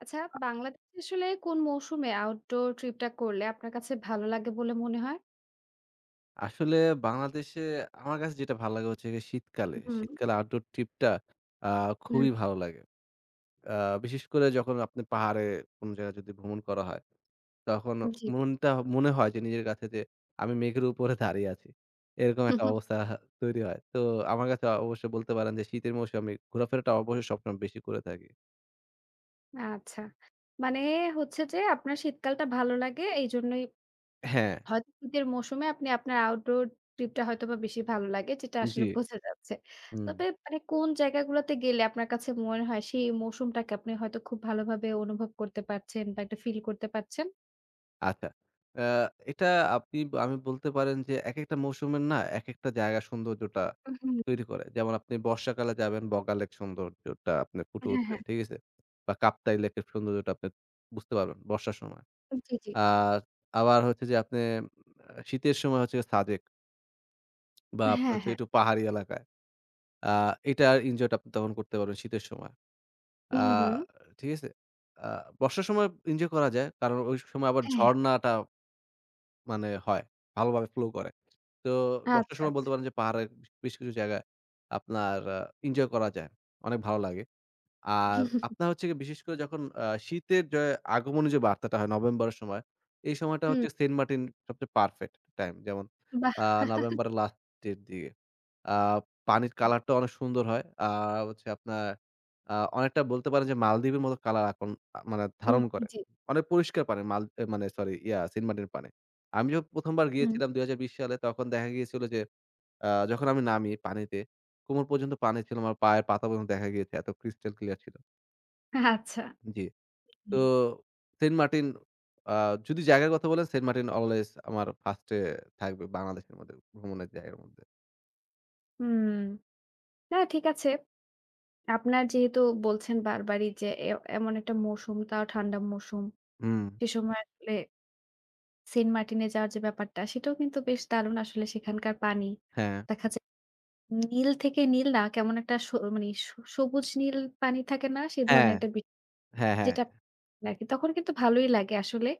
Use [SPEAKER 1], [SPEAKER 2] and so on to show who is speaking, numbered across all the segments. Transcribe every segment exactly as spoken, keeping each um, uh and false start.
[SPEAKER 1] আচ্ছা, বাংলাদেশে আসলে কোন মৌসুমে আউটডোর ট্রিপটা করলে আপনার কাছে ভালো লাগে বলে মনে হয়?
[SPEAKER 2] আসলে বাংলাদেশে আমার কাছে যেটা ভালো লাগে হচ্ছে গিয়ে শীতকালে।
[SPEAKER 1] হুম।
[SPEAKER 2] শীতকালে আউটডোর ট্রিপটা আ
[SPEAKER 1] হুম,
[SPEAKER 2] খুবই ভালো লাগে। আ বিশেষ করে যখন আপনি পাহাড়ে কোন জায়গায় যদি ভ্রমণ করা হয়, তখন
[SPEAKER 1] জি।
[SPEAKER 2] মনটা মনে হয় যে নিজের কাছে যে আমি মেঘের উপরে দাঁড়িয়ে আছি। এরকম একটা অবস্থা তৈরি হয়। তো আমার কাছে অবশ্যই বলতে পারেন যে শীতের মৌসুমে আমি ঘোরাফেরাটা অবশ্যই সবসময় বেশি করে থাকি।
[SPEAKER 1] আচ্ছা। মানে হচ্ছে যে আপনার শীতকালটা ভালো লাগে এইজন্যই
[SPEAKER 2] হ্যাঁ,
[SPEAKER 1] হয়তো শীতের মৌসুমে আপনি আপনার আউটডোর ট্রিপটা হয়তোবা বেশি ভালো লাগে যেটা
[SPEAKER 2] জি,
[SPEAKER 1] আসলে বোঝা যাচ্ছে।
[SPEAKER 2] হুম।
[SPEAKER 1] তবে মানে কোন জায়গাগুলোতে গেলে আপনার কাছে মনে হয় সেই মৌসুমটাকে আপনি হয়তো খুব ভালোভাবে অনুভব করতে পারছেন বা একটা ফিল করতে পারছেন?
[SPEAKER 2] আচ্ছা। আ এটা আপনি আমি বলতে পারেন যে, একেকটা মৌসুমের না একেকটা জায়গার সৌন্দর্যটা
[SPEAKER 1] হুম,
[SPEAKER 2] তৈরি করে। যেমন আপনি বর্ষাকালে যাবেন বগাল লেক সৌন্দর্যটা আপনার ফুটে
[SPEAKER 1] হ্যাঁ,
[SPEAKER 2] উঠবে।
[SPEAKER 1] হ্যাঁ।
[SPEAKER 2] ঠিক আছে? বা কাপ্তাই লেকের সৌন্দর্যটা আপনি বুঝতে পারবেন বর্ষার সময়।
[SPEAKER 1] জি, জি।
[SPEAKER 2] আর আবার হচ্ছে যে আপনি আ শীতের সময় হচ্ছে সাজেক বা আপনার
[SPEAKER 1] হ্যাঁ,
[SPEAKER 2] হচ্ছে
[SPEAKER 1] হ্যাঁ।
[SPEAKER 2] একটু পাহাড়ি এলাকায়। আ এটার এনজয়টা আপনি তখন করতে পারবেন শীতের সময়। আ
[SPEAKER 1] হুম, হুম।
[SPEAKER 2] ঠিক আছে? আ বর্ষার সময় এনজয় করা যায়। কারণ ওই সময় আবার
[SPEAKER 1] হ্যাঁ, হ্যাঁ।
[SPEAKER 2] ঝরনাটা মানে হয়। ভালোভাবে flow করে। তো বর্ষার
[SPEAKER 1] আচ্ছা,
[SPEAKER 2] সময় বলতে
[SPEAKER 1] আচ্ছা।
[SPEAKER 2] পারেন যে পাহাড়ের বেশ কিছু জায়গায় আপনার আ এনজয় করা যায়। অনেক ভালো লাগে। আর আপনার হচ্ছে গিয়ে বিশেষ করে যখন আ শীতের যে আগমনী যে বার্তাটা হয় নভেম্বরের সময়, এই সময়টা
[SPEAKER 1] হুম,
[SPEAKER 2] হচ্ছে সেন্ট মার্টিন সবচেয়ে পারফেক্ট টাইম। যেমন
[SPEAKER 1] বাহ!
[SPEAKER 2] আ নভেম্বরের লাস্টের দিকে। আ পানির কালারটা অনেক সুন্দর হয়। আর হচ্ছে আপনার আ অনেকটা বলতে পারেন যে মালদ্বীপের মতো কালার এখন আ মানে
[SPEAKER 1] হুম,
[SPEAKER 2] ধারণ করে।
[SPEAKER 1] জি।
[SPEAKER 2] অনেক পরিষ্কার পানি মাল এ মানে সরি ইয়া সেন্ট মার্টিনের পানি। আমি যখন প্রথম বার
[SPEAKER 1] হুম,
[SPEAKER 2] গিয়েছিলাম দুই হাজার বিশ সালে তখন দেখা গিয়েছিল যে আ যখন আমি নামি পানিতে, কোমর পর্যন্ত পানি ছিল। আমার পায়ের পাতা পর্যন্ত দেখা গিয়েছে। এত ক্রিস্টাল ক্লিয়ার ছিল।
[SPEAKER 1] আচ্ছা।
[SPEAKER 2] জি। তো
[SPEAKER 1] হুম।
[SPEAKER 2] সেন্ট মার্টিন আ যদি জায়গার কথা বলেন সেন্ট মার্টিন অলওয়েজ আমার ফার্স্ট এ থাকবে বাংলাদেশের মধ্যে ভ্রমণের জায়গার মধ্যে।
[SPEAKER 1] হুম, না ঠিক আছে। আপনার যেহেতু বলছেন বারবারই যে এ এমন একটা মৌসুম তাও ঠান্ডা মৌসুম।
[SPEAKER 2] হুম,
[SPEAKER 1] সে সময় আসলে সেন্ট মার্টিনে যাওয়ার যে ব্যাপারটা সেটাও কিন্তু বেশ দারুণ আসলে সেখানকার পানি।
[SPEAKER 2] হ্যাঁ।
[SPEAKER 1] দেখা যায় নীল থেকে নীল না কেমন একটা স মানে স সবুজ নীল পানি থাকে না? সে
[SPEAKER 2] হ্যাঁ,
[SPEAKER 1] ধরনের একটা বি
[SPEAKER 2] হ্যাঁ, হ্যাঁ।
[SPEAKER 1] যেটা আরকি তখন কিন্তু ভালোই লাগে আসলে।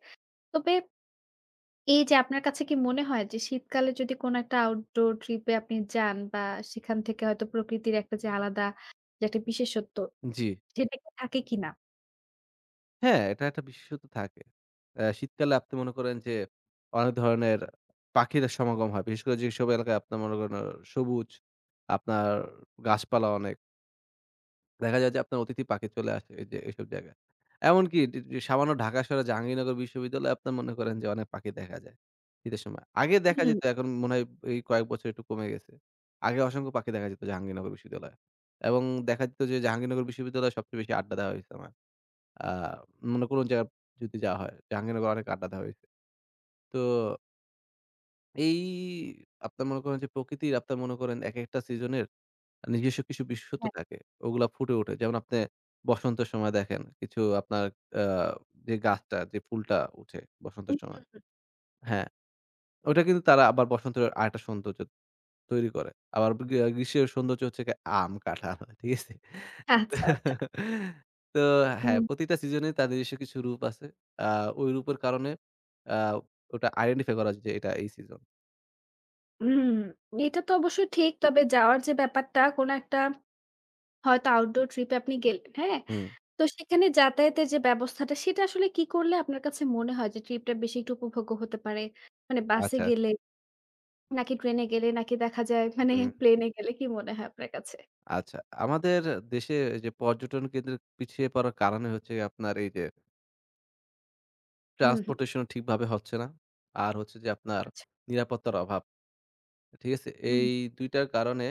[SPEAKER 1] তবে এই যে আপনার কাছে কি মনে হয় যে শীতকালে যদি কোনো একটা আউটডোর ট্রিপ এ আপনি যান বা সেখান থেকে হয়তো প্রকৃতির একটা যে আলাদা যে একটা বিশেষত্ব
[SPEAKER 2] জি।
[SPEAKER 1] সেটা কি থাকে কিনা?
[SPEAKER 2] হ্যাঁ, এটা একটা বিশেষত্ব থাকে। অ্যা শীতকালে আপনি মনে করেন যে অনেক ধরনের পাখির সমাগম হয়। বিশেষ করে যেসব এলাকায় আপনার মনে করেন আহ, সবুজ, আপনার গাছপালা অনেক দেখা যায় যে আপনার অতিথি পাখি চলে আসে এই যে এইসব জায়গায়। এমনকি ডি ডি সামান্য ঢাকা শহরে জাহাঙ্গীরনগর বিশ্ববিদ্যালয়ে আপনার মনে করেন যে অনেক পাখি দেখা যায় শীতের সময়। আগে দেখা
[SPEAKER 1] হুম,
[SPEAKER 2] যেত এখন মনে হয় এই কয়েক বছর একটু কমে গেছে। আগে অসংখ্য পাখি দেখা যেত জাহাঙ্গীরনগর বিশ্ববিদ্যালয়ে। এবং দেখা যেত যে জাহাঙ্গীরনগর বিশ্ববিদ্যালয়ে সবচেয়ে বেশি আড্ডা দেওয়া হইছে আমার। আ মানে কোন জায়গায় যদি যাওয়া হয় জাহাঙ্গীরনগরে অনেক আড্ডা দেওয়া হইছে। তো এই আপনার মনে করেন যে প্রকৃতির আপনার মনে করেন একেকটা সিজনের নিজস্ব কিছু বিশেষত্ব
[SPEAKER 1] হ্যাঁ।
[SPEAKER 2] থাকে। ওগুলা ফুটে ওঠে। যেমন আপনি বসন্তের সময় দেখেন কিছু আপনার আ যে গাছটা যে ফুলটা উঠে বসন্তের
[SPEAKER 1] উম
[SPEAKER 2] সময়। হ্যাঁ, ওটা কিন্তু তারা আবার বসন্তের আরেকটা সৌন্দর্য তৈরি করে। আবার গ্রী গ্রীষ্মের সৌন্দর্য হচ্ছে গিয়ে আম, কাঁঠাল। ঠিক আছে?
[SPEAKER 1] আচ্ছা, আচ্ছা।
[SPEAKER 2] তো হ্যাঁ,
[SPEAKER 1] হুম,
[SPEAKER 2] প্রতিটা সিজনে তার নিজস্ব কিছু রূপ আছে। আ ওই রূপের কারণে আ ওটা আইডেন্টিফাই করা যায় যে এটা এই সিজন।
[SPEAKER 1] হুম। এটা তো অবশ্যই ঠিক। তবে যাওয়ার যে ব্যাপারটা কোনো একটা হয়তো আউটডোর ট্রিপ এ আপনি গেলেন, হ্যাঁ?
[SPEAKER 2] হুম,
[SPEAKER 1] তো সেখানে যাতায়াতের যে ব্যবস্থাটা সেটা আসলে কি করলে আপনার কাছে মনে হয় যে ট্রিপটা বেশি একটু উপভোগ্য হতে পারে? মানে বাসে
[SPEAKER 2] আচ্ছা।
[SPEAKER 1] গেলে নাকি ট্রেনে গেলে নাকি দেখা যায় মানে
[SPEAKER 2] হুম।
[SPEAKER 1] প্লেনে গেলে কি মনে হয় আপনার কাছে?
[SPEAKER 2] আচ্ছা, আমাদের দেশে এই যে পর্যটন কেন্দ্রের পিছিয়ে পড়ার কারণে হচ্ছে গিয়ে আপনার এই যে
[SPEAKER 1] হুম, হুম।
[SPEAKER 2] ট্রান্সপোর্টেশন ঠিকভাবে হচ্ছে না। আর হচ্ছে যে আপনার
[SPEAKER 1] আচ্ছা।
[SPEAKER 2] নিরাপত্তার অভাব। ঠিক আছে?
[SPEAKER 1] হুম।
[SPEAKER 2] এই দুই টার কারণে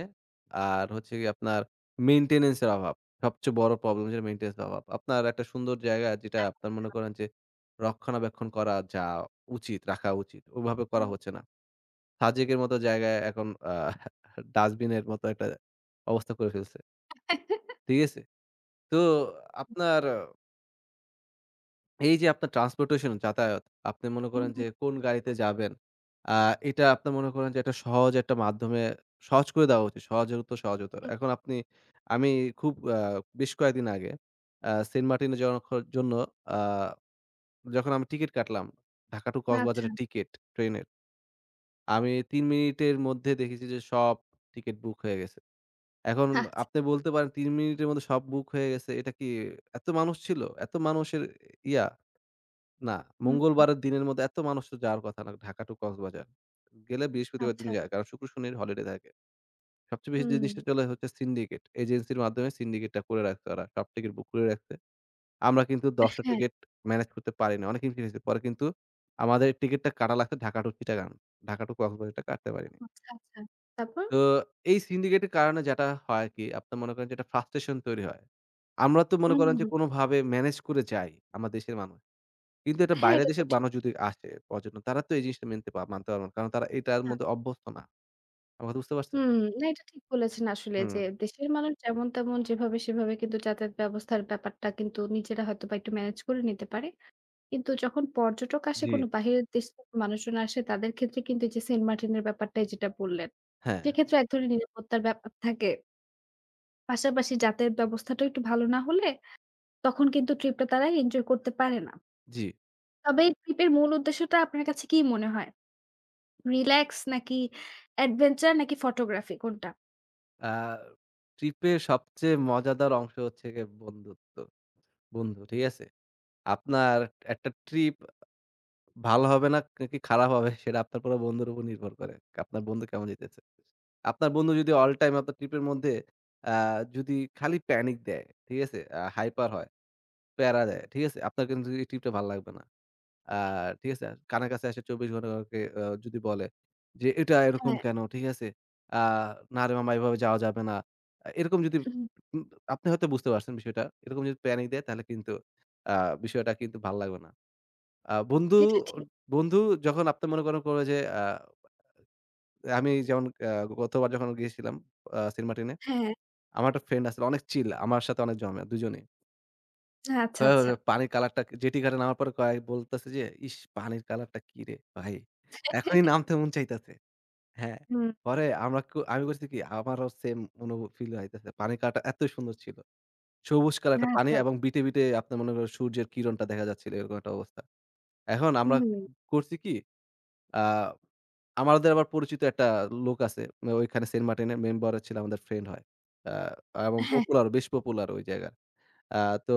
[SPEAKER 2] আর হচ্ছে গিয়ে আপনার মেইনটেন্যান্স এর অভাব। সবচেয়ে বড় প্রবলেম যেটা মেইনটেন্যান্স এর অভাব। আপনার একটা সুন্দর জায়গা যেটা
[SPEAKER 1] এখন
[SPEAKER 2] আপনার মনে করেন যে রক্ষণাবেক্ষণ করা যা উচিত, রাখা উচিত ওভাবে করা হচ্ছে না। সাজেকের মতো জায়গায় এখন আ ডাস্টবিনের মতো একটা অবস্থা করে ফেলছে। ঠিক আছে? তো আপনার এই যে আপনার ট্রান্সপোর্টেশন যাতায়াত, আপনি মনে
[SPEAKER 1] হুম,
[SPEAKER 2] করেন যে
[SPEAKER 1] হুম,
[SPEAKER 2] কোন গাড়িতে যাবেন, আ এটা আপনি মনে করেন যে একটা সহজ একটা মাধ্যমে সহজ করে দেওয়া উচিত। সহজতর, সহজতর।
[SPEAKER 1] হুম।
[SPEAKER 2] এখন আপনি আমি খুব আ বেশ কয়েকদিন আগে আ সেন্ট মার্টিনে যাওয়ার খ জন্য আ যখন আমি টিকিট কাটলাম, ঢাকা টু
[SPEAKER 1] আচ্ছা,
[SPEAKER 2] কক্সবাজারের টিকিট ট্রেনের। আমি তিন মিনিটের মধ্যে দেখেছি যে সব টিকিট বুক হয়ে গেছে। এখন
[SPEAKER 1] আচ্ছা।
[SPEAKER 2] আপনি বলতে পারেন তিন মিনিটের মধ্যে সব বুক হয়ে গেছে। এটা কি এত মানুষ ছিল? এত মানুষের ইয়া? না,
[SPEAKER 1] হুম, হুম।
[SPEAKER 2] মঙ্গলবারের দিনের মধ্যে এত মানুষ তো যাওয়ার কথা না ঢাকা টু কক্সবাজার। গেলে বৃহস্পতিবার দিন
[SPEAKER 1] আচ্ছা, আচ্ছা।
[SPEAKER 2] যায়। কারণ শুক্র, শনির হলিডে থাকে। সবচেয়ে বেশি যে
[SPEAKER 1] হুম।
[SPEAKER 2] জিনিসটা চলে হচ্ছে সিন্ডিকেট। এজেন্সির মাধ্যমে সিন্ডিকেটটা করে রাখছে ওরা। সব টিকেট বুক করে রাখছে। আমরা কিন্তু দশ টা
[SPEAKER 1] হ্যাঁ।
[SPEAKER 2] টিকেট ম্যানেজ করতে পারি না। অনেক হিমশিম হয়েছে। পরে কিন্তু আমাদের টিকেটটা কাটা লাগছে ঢাকা টু চিটাগাং। ঢাকা টু কক্সবাজারটা কাটতে পারিনি।
[SPEAKER 1] আচ্ছা, আচ্ছা। তারপর?
[SPEAKER 2] তো এই সিন্ডিকেটের কারণে যেটা হয় কি আপনার মনে করেন যে একটা ফ্রাস্ট্রেশন তৈরি হয়। আমরা তো মনে
[SPEAKER 1] হুম,
[SPEAKER 2] করেন
[SPEAKER 1] হুম,
[SPEAKER 2] যে
[SPEAKER 1] হুম।
[SPEAKER 2] কোনোভাবে ম্যানেজ করে যাই, আমার দেশের মানুষ। কিন্তু এটা
[SPEAKER 1] হ্যাঁ,
[SPEAKER 2] বাইরের
[SPEAKER 1] এটা তো
[SPEAKER 2] দেশের
[SPEAKER 1] ঠিক।
[SPEAKER 2] মানুষ যদি আসে পর্যটন, তারা তো এই জিনিসটা মেনতে পা মানতে পারবে না। কারণ তারা এটার
[SPEAKER 1] না।
[SPEAKER 2] মধ্যে অভ্যস্ত না। আমার কথা বুঝতে পারছেন?
[SPEAKER 1] হুম, না এটা ঠিক বলেছেন আসলে
[SPEAKER 2] হুম,
[SPEAKER 1] যে দেশের মানুষ যেমন তেমন যেভাবে সেভাবে কিন্তু যাতায়াত ব্যবস্থার ব্যাপারটা কিন্তু নিজেরা হয়তোবা একটু ম্যানেজ করে নিতে পারে। কিন্তু যখন পর্যটক আসে
[SPEAKER 2] জি,
[SPEAKER 1] কোনো বাহিরের দেশ থেকে মানুষজন আসে তাদের ক্ষেত্রে কিন্তু এই যে সেন্ট মার্টিনের ব্যাপারটাই যেটা বললেন,
[SPEAKER 2] হ্যাঁ,
[SPEAKER 1] সেক্ষেত্রে এক ধরনের নিরাপত্তার ব্যাপার থাকে। পাশাপাশি যাতায়াত ব্যবস্থাটাও একটু ভালো না হলে তখন কিন্তু ট্রিপটা তারা এনজয় করতে পারে না।
[SPEAKER 2] জি।
[SPEAKER 1] তবে ট্রিপের মূল উদ্দেশ্যটা আপনার কাছে কি মনে হয়? রিল্যাক্স নাকি অ্যাডভেঞ্চার নাকি ফটোগ্রাফি কোনটা?
[SPEAKER 2] আ ট্রিপের সবচেয়ে মজাদার অংশ হচ্ছে গিয়ে বন্ধুত্ব। বন্ধু, ঠিক আছে? আপনার একটা ট্রিপ ভালো হবে না নাকি খারাপ হবে সেটা আপনার পুরো বন্ধুর উপর নির্ভর করে। আপনার বন্ধু কেমন যেতেছে। আপনার বন্ধু যদি অল টাইম আপনার ট্রিপের মধ্যে আ যদি খালি প্যানিক দেয়, ঠিক আছে? আ হাইপার হয়, প্যারা দেয়, ঠিক আছে? আপনার কিন্তু এই ট্রিপটা ভাল লাগবে না। আ ঠিক আছে? কানের কাছে এসে চব্বিশ ঘন্টা ওকে আ যদি বলে যে, "এটা এরকম
[SPEAKER 1] হ্যাঁ,
[SPEAKER 2] কেন?" ঠিক আছে? আ "না রে মামা এভাবে যাওয়া যাবে না।" আ এরকম যদি
[SPEAKER 1] হুম,
[SPEAKER 2] উম আপনি হয়তো বুঝতে পারছেন বিষয়টা। এরকম যদি প্যানিক দেয় তাহলে কিন্তু আ বিষয়টা কিন্তু ভাল লাগবে না। আ বন্ধু
[SPEAKER 1] এটা ঠিক।
[SPEAKER 2] বন্ধু যখন আপনি মনে করেন করবে যে আ আমি যেমন আ গতবার যখন গিয়েছিলাম আ সিনেমা টেনে,
[SPEAKER 1] হ্যাঁ,
[SPEAKER 2] আমার একটা ফ্রেন্ড আছিল অনেক চিল আমার সাথে অনেক জমে দুজনেই।
[SPEAKER 1] আচ্ছা,
[SPEAKER 2] কয়
[SPEAKER 1] আচ্ছা।
[SPEAKER 2] হবে, পানির কালারটা জেটি ঘাটে নামার পরে কয় বলতেছে যে, "ইস! পানির কালারটা কি রে ভাই! এখনই নামতে মন চাইতেছে।" হ্যাঁ।
[SPEAKER 1] হুম,
[SPEAKER 2] পরে আমরা ক আমি করছি কি আমারও সেম অনুভূ ফিল হইতেছে। পানির কালারটা এতই সুন্দর ছিল। সবুজ কালার একটা পানি
[SPEAKER 1] আচ্ছা।
[SPEAKER 2] এবং বিটে, বিটে আপনার মনে করেন সূর্যের কিরণটা দেখা যাচ্ছিল এরকম একটা অবস্থা। এখন আমরা
[SPEAKER 1] হুম।
[SPEAKER 2] করছি কি আ আমাদের আবার পরিচিত একটা লোক আছে। ওইখানে সেন্ট মার্টিনের মেম্বারও ছিল আমাদের ফ্রেন্ড হয়। আ এবং পপুলার বেশ পপুলার ওই জায়গার। আ তো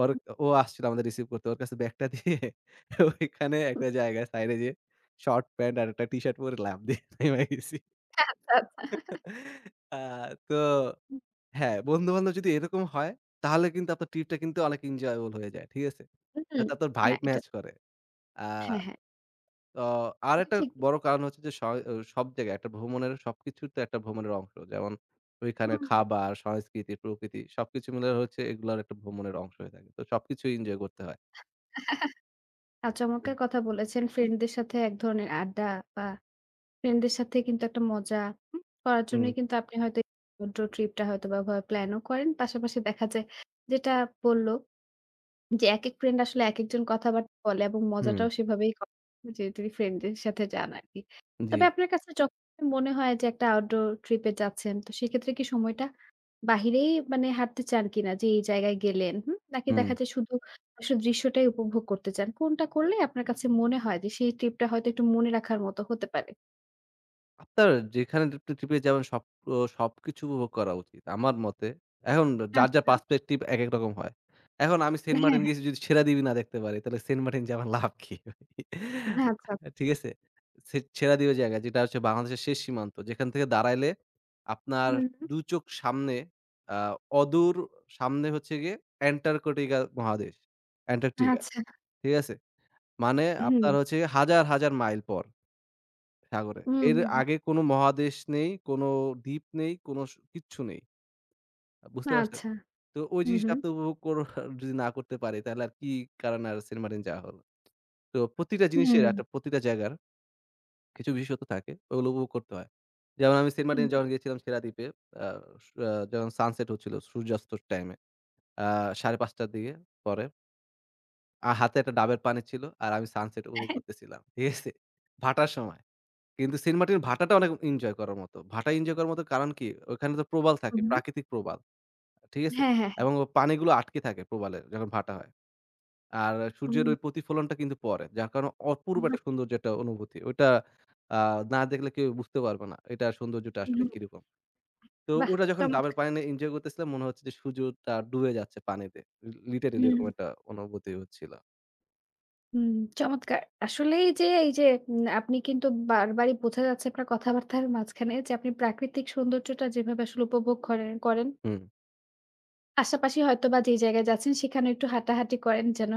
[SPEAKER 2] ওর ও আসছিল আমাদের রিসিভ করতে। ওর কাছে ব্যাগটা দিয়ে ওইখানে একটা জায়গায় সাইডে যেয়ে শর্ট প্যান্ট আর একটা টি-শার্ট পরে লাফ দিয়ে নেমে গেছি।
[SPEAKER 1] হ্যাঁ, আচ্ছা, আচ্ছা।
[SPEAKER 2] আ তো হ্যাঁ, বন্ধু-বান্ধব যদি এরকম হয় তাহলে কিন্তু আপনার ট্রিপটা কিন্তু অনেক এনজয়েবল হয়ে যায়। ঠিক আছে?
[SPEAKER 1] হুম,
[SPEAKER 2] যাতে আপনার
[SPEAKER 1] না
[SPEAKER 2] ভাইব
[SPEAKER 1] এটা
[SPEAKER 2] ম্যাচ করে। আ
[SPEAKER 1] হ্যাঁ, হ্যাঁ।
[SPEAKER 2] তো
[SPEAKER 1] এটা
[SPEAKER 2] আরেকটা
[SPEAKER 1] ঠিক।
[SPEAKER 2] বড় কারণ হচ্ছে যে স অ সব জায়গায় একটা ভ্রমণের সবকিছু তো একটা ভ্রমণের অংশ। যেমন ওইখানের
[SPEAKER 1] হুম।
[SPEAKER 2] খাবার, সংস্কৃতি, প্রকৃতি সবকিছু মিলে হচ্ছে এগুলার একটা ভ্রমণের অংশ হয়ে থাকে। তো সবকিছুই এনজয় করতে হয়।
[SPEAKER 1] আর
[SPEAKER 2] হুম,
[SPEAKER 1] চমৎকার কথা বলেছেন। ফ্রেন্ডদের সাথে এক ধরনের আড্ডা বা ফ্রেন্ডদের সাথে কিন্তু একটা মজা হুম? করার
[SPEAKER 2] হুম,
[SPEAKER 1] জন্যই কিন্তু আপনি হয়তো এই সমুদ্র ট্রিপটা হয়তোবা ওভাবে প্ল্যানও করেন। পাশাপাশি দেখা যায় যেটা বলল যে একেক ফ্রেন্ড আসলে একেকজন কথাবার্তা বলে এবং
[SPEAKER 2] হুম,
[SPEAKER 1] মজাটাও সেভাবেই করে যে তিনি ফ্রেন্ডদের সাথে যান আরকি।
[SPEAKER 2] জি,
[SPEAKER 1] তবে আপনার কাছে যখন মনে হয় যে একটা আউটডোর ট্রিপে যাচ্ছেন, তো সেক্ষেত্রে কি সময়টা বাহিরেই মানে হাঁটতে চান কিনা? যে এই জায়গায় গেলেন, হুম? নাকি
[SPEAKER 2] হুম।
[SPEAKER 1] দেখা যায় শুধু আসলে দৃশ্যটাই উপভোগ করতে চান? কোনটা করলে আপনার কাছে মনে হয় যে সেই ট্রিপটা হয়তো একটু মনে রাখার মতো হতে পারে?
[SPEAKER 2] আপনার যেখানে আপনি ট্রিপে যাবেন সব ও সবকিছু উপভোগ করা উচিত। আমার মতে। এখন যার, যার
[SPEAKER 1] আচ্ছা।
[SPEAKER 2] পার্সপেক্টিভ একেক রকম হয়। এখন আমি সেন্ট
[SPEAKER 1] হ্যাঁ,
[SPEAKER 2] মার্টিন
[SPEAKER 1] হ্যাঁ।
[SPEAKER 2] গেছি যদি সেরাদ্বীপই না দেখতে পারি, তাহলে সেন্ট মার্টিন যেয়ে আমার লাভ কি?
[SPEAKER 1] আচ্ছা।
[SPEAKER 2] ঠিক আছে? সে সেরাদ্বীপের জায়গা যেটা হচ্ছে বাংলাদেশের শেষ সীমান্ত। যেখান থেকে দাঁড়াইলে আপনার
[SPEAKER 1] হুম, হুম।
[SPEAKER 2] দুই চোখ সামনে আ অদূর সামনে হচ্ছে গিয়ে অ্যান্টার্কটিকা মহাদেশ। অ্যান্টার্কটিকা।
[SPEAKER 1] আচ্ছা।
[SPEAKER 2] ঠিক আছে? মানে
[SPEAKER 1] হুম।
[SPEAKER 2] আপনার হচ্ছে হাজার, হাজার মাইল পর। সাগরে।
[SPEAKER 1] হুম,
[SPEAKER 2] এর
[SPEAKER 1] হুম, হুম।
[SPEAKER 2] আগে কোনো মহাদেশ নেই, কোনো দ্বীপ নেই, কোনো স কিচ্ছু নেই। আ বুঝতে পারছেন?
[SPEAKER 1] আচ্ছা।
[SPEAKER 2] তো ওই
[SPEAKER 1] হুম,
[SPEAKER 2] জিনিসটা
[SPEAKER 1] হুম।
[SPEAKER 2] আপনি উপভোগ কর যদি না করতে পারি তাহলে আর কি কারণে আর সেন্ট মার্টিন যাওয়া হলো। তো প্রতিটা জিনিসের
[SPEAKER 1] হুম।
[SPEAKER 2] একটা প্রতিটা জায়গার কিছু বিশেষত্ব থাকে। ওগুলো উপভোগ করতে হয়। যেমন আমি সেন্ট
[SPEAKER 1] হুম।
[SPEAKER 2] মার্টিনে যখন গিয়েছিলাম সেরা দ্বীপে আ স যখন সানসেট হচ্ছিল সূর্যাস্তর টাইমে। আ পাঁচটা ত্রিশ র দিকে পরে। আর হাতে একটা ডাবের পানি ছিল। আর আমি সানসেট উপভোগ
[SPEAKER 1] হ্যাঁ।
[SPEAKER 2] করতেছিলাম। ঠিক আছে? ভাটার সময়। কিন্তু সেন্ট মার্টিন ভাটাটা অনেক এনজয় করার মতো। ভাটা এনজয় করার মতো কারণ কি? ওখানে তো প্রবাল থাকে,
[SPEAKER 1] হুম। হুম।
[SPEAKER 2] প্রাকৃতিক প্রবাল। ঠিক আছে?
[SPEAKER 1] হ্যাঁ, হ্যাঁ, হ্যাঁ।
[SPEAKER 2] এবং ও পানিগুলো আটকে থাকে প্রবালে যখন ভাটা হয়। আর সূর্যের
[SPEAKER 1] হুম।
[SPEAKER 2] ওই প্রতিফলনটা কিন্তু পড়ে। যার কারণে অপূর্ব
[SPEAKER 1] বাহ!
[SPEAKER 2] একটা সৌন্দর্য একটা অনুভূতি। ওইটা আ না দেখলে কেউ বুঝতে পারবে না। এটার সৌন্দর্যটা আসলে
[SPEAKER 1] হুম।
[SPEAKER 2] কিরকম। তো
[SPEAKER 1] বাহ!
[SPEAKER 2] ওটা যখন ডাবের
[SPEAKER 1] চমৎকার।
[SPEAKER 2] পানি নিয়ে এনজয় করতেছিলাম মনে হচ্ছে যে সূর্যটা ডুবে যাচ্ছে পানিতে। লি লিটারেলি
[SPEAKER 1] হুম,
[SPEAKER 2] এরকম একটা অনুভূতি হচ্ছিল।
[SPEAKER 1] হুম। চমৎকার। আসলেই যে এই যে উম আপনি কিন্তু বারবারই বোঝা যাচ্ছে আপনার কথাবার্তার মাঝখানে যে আপনি প্রাকৃতিক সৌন্দর্যটা যেভাবে আসলে উপভোগ করেন করেন
[SPEAKER 2] হুম,
[SPEAKER 1] পাশাপাশি হয়তোবা যেই জায়গায় যাচ্ছেন সেখানে একটু হাঁটাহাঁটি করেন যেন।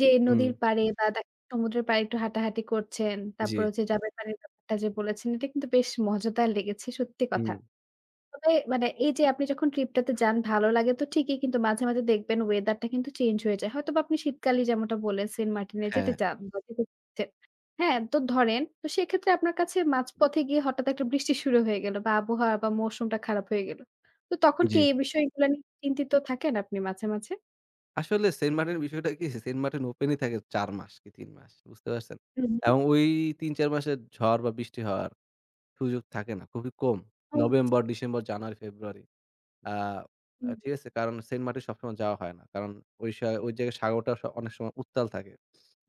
[SPEAKER 1] যে
[SPEAKER 2] হুম,
[SPEAKER 1] নদীর পাড়ে বা দে সমুদ্রের পাড়ে একটু হাঁটাহাঁটি করছেন।
[SPEAKER 2] জি,
[SPEAKER 1] তারপর হচ্ছে ডাবের পানির ব্যাপারটা যে বলেছেন এটা কিন্তু বেশ মজাদার লেগেছে সত্যি
[SPEAKER 2] হুম,
[SPEAKER 1] কথা। তবে মানে এই যে আপনি যখন ট্রিপটাতে যান ভালো লাগে তো ঠিকই কিন্তু মাঝে, মাঝে দেখবেন ওয়েদারটা কিন্তু চেঞ্জ হয়ে যায়। হয়তোবা আপনি শীতকালেই যেমনটা বললেন সেন্ট মার্টিনে যেতে
[SPEAKER 2] হ্যাঁ,
[SPEAKER 1] চান বা যেতে চাচ্ছেন। হ্যাঁ, তো ধরেন তো সেক্ষেত্রে আপনার কাছে মাঝপথে গিয়ে হঠাৎ একটা বৃষ্টি শুরু হয়ে গেল বা আবহাওয়া বা মৌসুমটা খারাপ হয়ে গেল। তো তখন
[SPEAKER 2] জি।
[SPEAKER 1] কি এই বিষয়গুলা নিয়ে চিন্তিত থাকেন আপনি মাঝে, মাঝে?
[SPEAKER 2] আসলে সেন্ট মার্টিনের বিষয়টা কি? সেন্ট মার্টিন ওপেনই থাকে চার মাস কি তিন মাস। বুঝতে পারছেন?
[SPEAKER 1] হুম, হুম।
[SPEAKER 2] এবং ওই তিন চার মাসের ঝড় বা বৃষ্টি হওয়ার সুযোগ থাকে না। খুবই কম।
[SPEAKER 1] ও
[SPEAKER 2] নভেম্বর, ডিসেম্বর, জানুয়ারি, ফেব্রুয়ারি। আ আ
[SPEAKER 1] হুম,
[SPEAKER 2] ঠিক আছে? কারণ সেন্ট মার্টিন সবসময় যাওয়া হয় না। কারণ ওই সা ওই জায়গায় সাগরটা স অনেক সময় উত্তাল থাকে।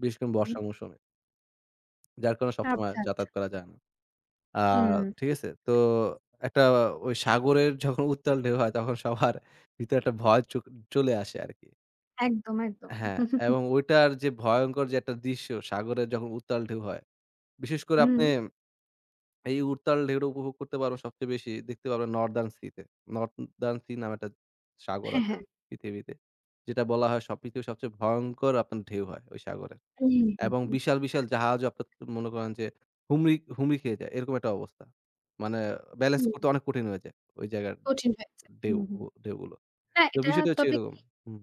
[SPEAKER 2] বিশেষ করে
[SPEAKER 1] হুম।
[SPEAKER 2] বর্ষা মৌসুমে। যার কারণে সবসময়
[SPEAKER 1] আচ্ছা, আচ্ছা।
[SPEAKER 2] যাতায়াত করা যায় না। আ
[SPEAKER 1] হুম।
[SPEAKER 2] ঠিক আছে? তো একটা ওই সাগরের যখন উত্তাল ঢেউ হয় তখন সবার ভিতরে একটা ভয় চোক চলে আসে আরকি।
[SPEAKER 1] একদম, একদম।
[SPEAKER 2] হ্যাঁ, এবং ওইটার যে ভয়ংকর যে একটা দৃশ্য সাগরের যখন উত্তাল ঢেউ হয়। বিশেষ করে
[SPEAKER 1] হুম,
[SPEAKER 2] আপনি এই উত্তাল ঢেউটা উপভোগ করতে পারবেন সবচেয়ে বেশি দেখতে পারবেন নর্দার্ন সিতে। নর্দার্ন সি নামে একটা সাগর
[SPEAKER 1] হ্যাঁ,
[SPEAKER 2] আছে
[SPEAKER 1] হ্যাঁ।
[SPEAKER 2] পৃথিবীতে। যেটা বলা হয় সব পৃথিবীর সবচেয়ে ভয়ংকর আপনার ঢেউ হয় ওই সাগরের।
[SPEAKER 1] হুম, হুম,
[SPEAKER 2] এবং
[SPEAKER 1] হুম।
[SPEAKER 2] বিশাল,
[SPEAKER 1] আচ্ছা।
[SPEAKER 2] বিশাল জাহাজও আপনার মনে করেন যে হুমড়ি, হুমড়ি খেয়ে যায়। এরকম একটা অবস্থা। মানে ব্যালেন্স
[SPEAKER 1] হুম,
[SPEAKER 2] করতে অনেক কঠিন হয়ে যায় ওই জায়গার
[SPEAKER 1] কঠিন হয়ে যায়।
[SPEAKER 2] ঢেউ
[SPEAKER 1] হুম, হুম।
[SPEAKER 2] ঢেউগুলো।
[SPEAKER 1] না,
[SPEAKER 2] তো
[SPEAKER 1] এটা
[SPEAKER 2] বিষয়টা হচ্ছে
[SPEAKER 1] তবে
[SPEAKER 2] এরকম। হুম,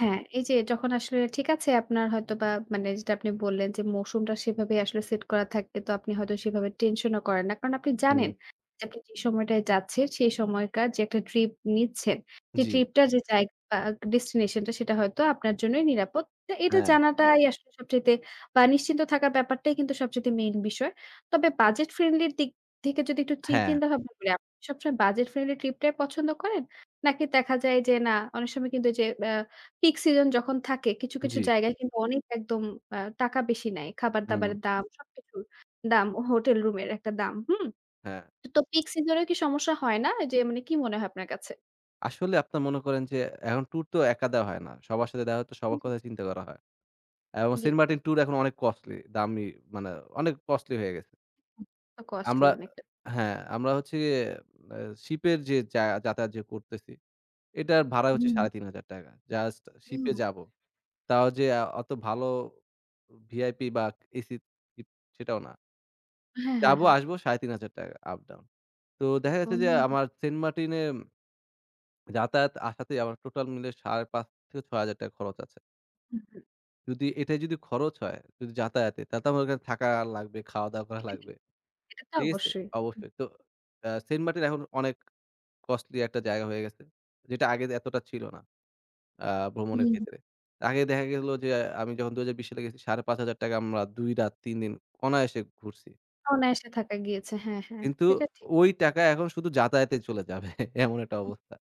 [SPEAKER 1] হ্যাঁ, এই যে যখন আসলে ঠিক আছে আপনার হয়তোবা মানে যেটা আপনি বললেন যে মৌসুমটা সেভাবে আসলে সেট করা থাকে তো আপনি হয়তো সেভাবে টেনশনও করেন না। কারণ আপনি জানেন
[SPEAKER 2] হুম,
[SPEAKER 1] যে আপনি যে সময়টায় যাচ্ছেন সেই সময়কার যে একটা ট্রিপ নিচ্ছেন, সেই
[SPEAKER 2] জি।
[SPEAKER 1] ট্রিপটার যে জায়গা বা ডেস্টিনেশন টা সেটা হয়তো আপনার জন্যই নিরাপদ। তো এটা
[SPEAKER 2] হ্যাঁ,
[SPEAKER 1] জানাটাই আসলে সবচাইতে বা নিশ্চিন্ত থাকার ব্যাপারটাই কিন্তু সবচাইতে মেইন বিষয়। তবে বাজেট ফ্রেন্ডলি র দিক থেকে যদি একটু চি
[SPEAKER 2] হ্যাঁ,
[SPEAKER 1] চিন্তা ভাবনা করি, আপনি সবসময় বাজেট ফ্রেন্ডলি ট্রিপটাই পছন্দ করেন? নাকি দেখা যায় যে না অনেক সময় কিন্তু এই যে আ পিক সিজন যখন থাকে কিছু, কিছু
[SPEAKER 2] জি।
[SPEAKER 1] জায়গায় কিন্তু অনেক একদম আ টাকা বেশি নেয়।
[SPEAKER 2] হুম,
[SPEAKER 1] খাবার-দাবারের দাম, সবকিছুর দাম, হোটেল রুমের একটা দাম। হুম?
[SPEAKER 2] হ্যাঁ।
[SPEAKER 1] তো পিক সিজন এ কি সমস্যা হয় না? যে মানে কি মনে হয় আপনার কাছে?
[SPEAKER 2] আসলে আপনার মনে করেন যে এখন ট্যুর তো একা দেওয়া হয় না। সবার সাথে দেওয়া হয় তো
[SPEAKER 1] হুম,
[SPEAKER 2] সবার
[SPEAKER 1] হুম।
[SPEAKER 2] কথা চিন্তা করা হয়। এবং
[SPEAKER 1] জি,
[SPEAKER 2] সেন্ট মার্টিন ট্যুর এখন অনেক কস্টলি, দামি মানে অনেক কস্টলি হয়ে গেছে।
[SPEAKER 1] তো কস্টলি
[SPEAKER 2] আমরা
[SPEAKER 1] অনেকটা।
[SPEAKER 2] হ্যাঁ, আমরা হচ্ছে গিয়ে আ শিপের যে যা যাতায়াত যে করতেছি, এটার ভাড়া হচ্ছে
[SPEAKER 1] হুম,
[SPEAKER 2] ৳তিন হাজার পাঁচশো জাস্ট শিপে
[SPEAKER 1] হুম।
[SPEAKER 2] যাবো। তাও যে আ অত ভালো ভিআইপি বা এসি সিট সেটাও না।
[SPEAKER 1] হ্যাঁ, হ্যাঁ,
[SPEAKER 2] যাবো,
[SPEAKER 1] হ্যাঁ।
[SPEAKER 2] আসবো ৳তিন হাজার পাঁচশো আপ ডাউন। তো দেখা
[SPEAKER 1] ও
[SPEAKER 2] যাচ্ছে যে আমার সেন্ট মার্টিনে যাতায়াত আসাতে আমার টোটাল মিলে ৳পাঁচ হাজার পাঁচশো-ছয় হাজার খরচ আছে।
[SPEAKER 1] হুম, হুম।
[SPEAKER 2] যদি এটাই যদি খরচ হয়, যদি যাতায়াতে তাতে আমার ওখানে থাকা লাগবে, খাওয়া-দাওয়া করা লাগবে।
[SPEAKER 1] এটা তো
[SPEAKER 2] ঠিক আছে?
[SPEAKER 1] অবশ্যই।
[SPEAKER 2] অবশ্যই। তো আ সেন্ট মার্টিন এখন অনেক কস্টলি একটা জায়গা হয়ে গেছে। যেটা আগে এতটা ছিল না আ ভ্রমণের
[SPEAKER 1] হুম।
[SPEAKER 2] ক্ষেত্রে। আগে দেখা গেল যে আমি যখন দুই হাজার বিশ সালে গেছি ৳পাঁচ হাজার পাঁচশো আমরা দুই রাত তিন দিন অনায়াসে ঘুরছি।
[SPEAKER 1] অনায়াসে থাকা গিয়েছে। হ্যাঁ, হ্যাঁ।
[SPEAKER 2] কিন্তু
[SPEAKER 1] সেটা ঠিক।
[SPEAKER 2] ওই টাকা এখন শুধু যাতায়াতে চলে যাবে এমন একটা অবস্থা।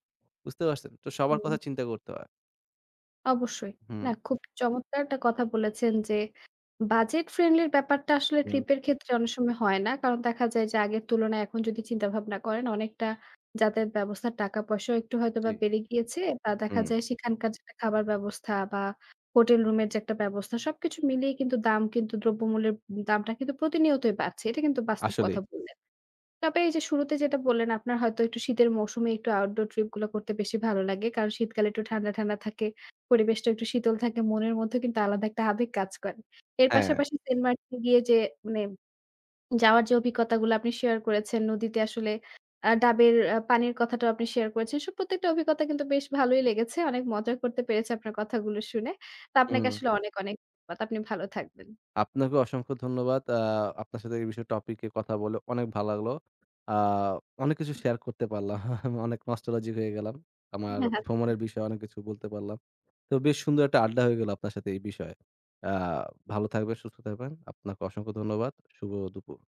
[SPEAKER 2] বুঝতে পারছেন? তো সবার
[SPEAKER 1] হুম।
[SPEAKER 2] কথা চিন্তা করতে হয়।
[SPEAKER 1] অবশ্যই।
[SPEAKER 2] হুম,
[SPEAKER 1] না খুব চমৎকার একটা কথা বলেছেন যে, বাজেট ফ্রেন্ডলি এর ব্যাপারটা আসলে
[SPEAKER 2] হুম,
[SPEAKER 1] ট্রিপ এর ক্ষেত্রে অনেক সময় হয় না। কারণ দেখা যায় যে আগের তুলনায় এখন যদি চিন্তাভাবনা করেন অনেকটা যাতায়াত ব্যবস্থা, টাকা পয়সাও একটু
[SPEAKER 2] জি,
[SPEAKER 1] হয়তোবা বেড়ে গিয়েছে। বা দেখা
[SPEAKER 2] হুম।
[SPEAKER 1] যায় সেখানকার যে একটা খাবার ব্যবস্থা বা হোটেল রুমের যে একটা ব্যবস্থা সবকিছু মিলিয়ে কিন্তু দাম কিন্তু দ্রব্যমূল্যের দামটা কিন্তু প্রতিনিয়তই বাড়ছে। এটা কিন্তু বাস্তব
[SPEAKER 2] আসলেই।
[SPEAKER 1] কথা বললেন। তবে এই যে শুরুতে যেটা বললেন আপনার হয়তো একটু শীতের মৌসুমে একটু আউটডোর ট্রিপ গুলো করতে বেশি ভালো লাগে। কারণ শীতকালে একটু ঠান্ডা, ঠান্ডা থাকে। পরিবেশটা একটু শীতল থাকে। মনের মধ্যেও কিন্তু আলাদা একটা আবেগ কাজ করে। এর
[SPEAKER 2] হ্যাঁ,
[SPEAKER 1] পাশাপাশি সেন্ট মার্টিন গিয়ে যে মানে যাওয়ার যে অভিজ্ঞতাগুলো আপনি শেয়ার করেছেন, নদীতে আসলে আ ডাবের আ পানির কথাটাও আপনি শেয়ার করেছেন। সব প্রত্যেকটা অভিজ্ঞতা কিন্তু বেশ ভালোই লেগেছে। অনেক মজা করতে পেরেছি আপনার কথাগুলো শুনে। তো আপনাকে
[SPEAKER 2] হুম।
[SPEAKER 1] আসলে অনেক, অনেক ধন্যবাদ। আপনি ভালো থাকবেন।
[SPEAKER 2] আপনাকে অসংখ্য ধন্যবাদ। আ আপনার সাথে এই বিষয়ে টপিকে কথা বলে অনেক ভালো লাগলো। আ অনেক কিছু শেয়ার করতে পারলাম। আমি অনেক নস্টালজিক হয়ে গেলাম। আমার
[SPEAKER 1] হ্যাঁ,
[SPEAKER 2] ভ্রমণের বিষয়ে অনেক কিছু বলতে পারলাম। তো বেশ সুন্দর একটা আড্ডা হয়ে গেল আপনার সাথে এই বিষয়ে। আ ভালো থাকবেন, সুস্থ থাকবেন। আপনাকে অসংখ্য ধন্যবাদ। শুভ দুপুর।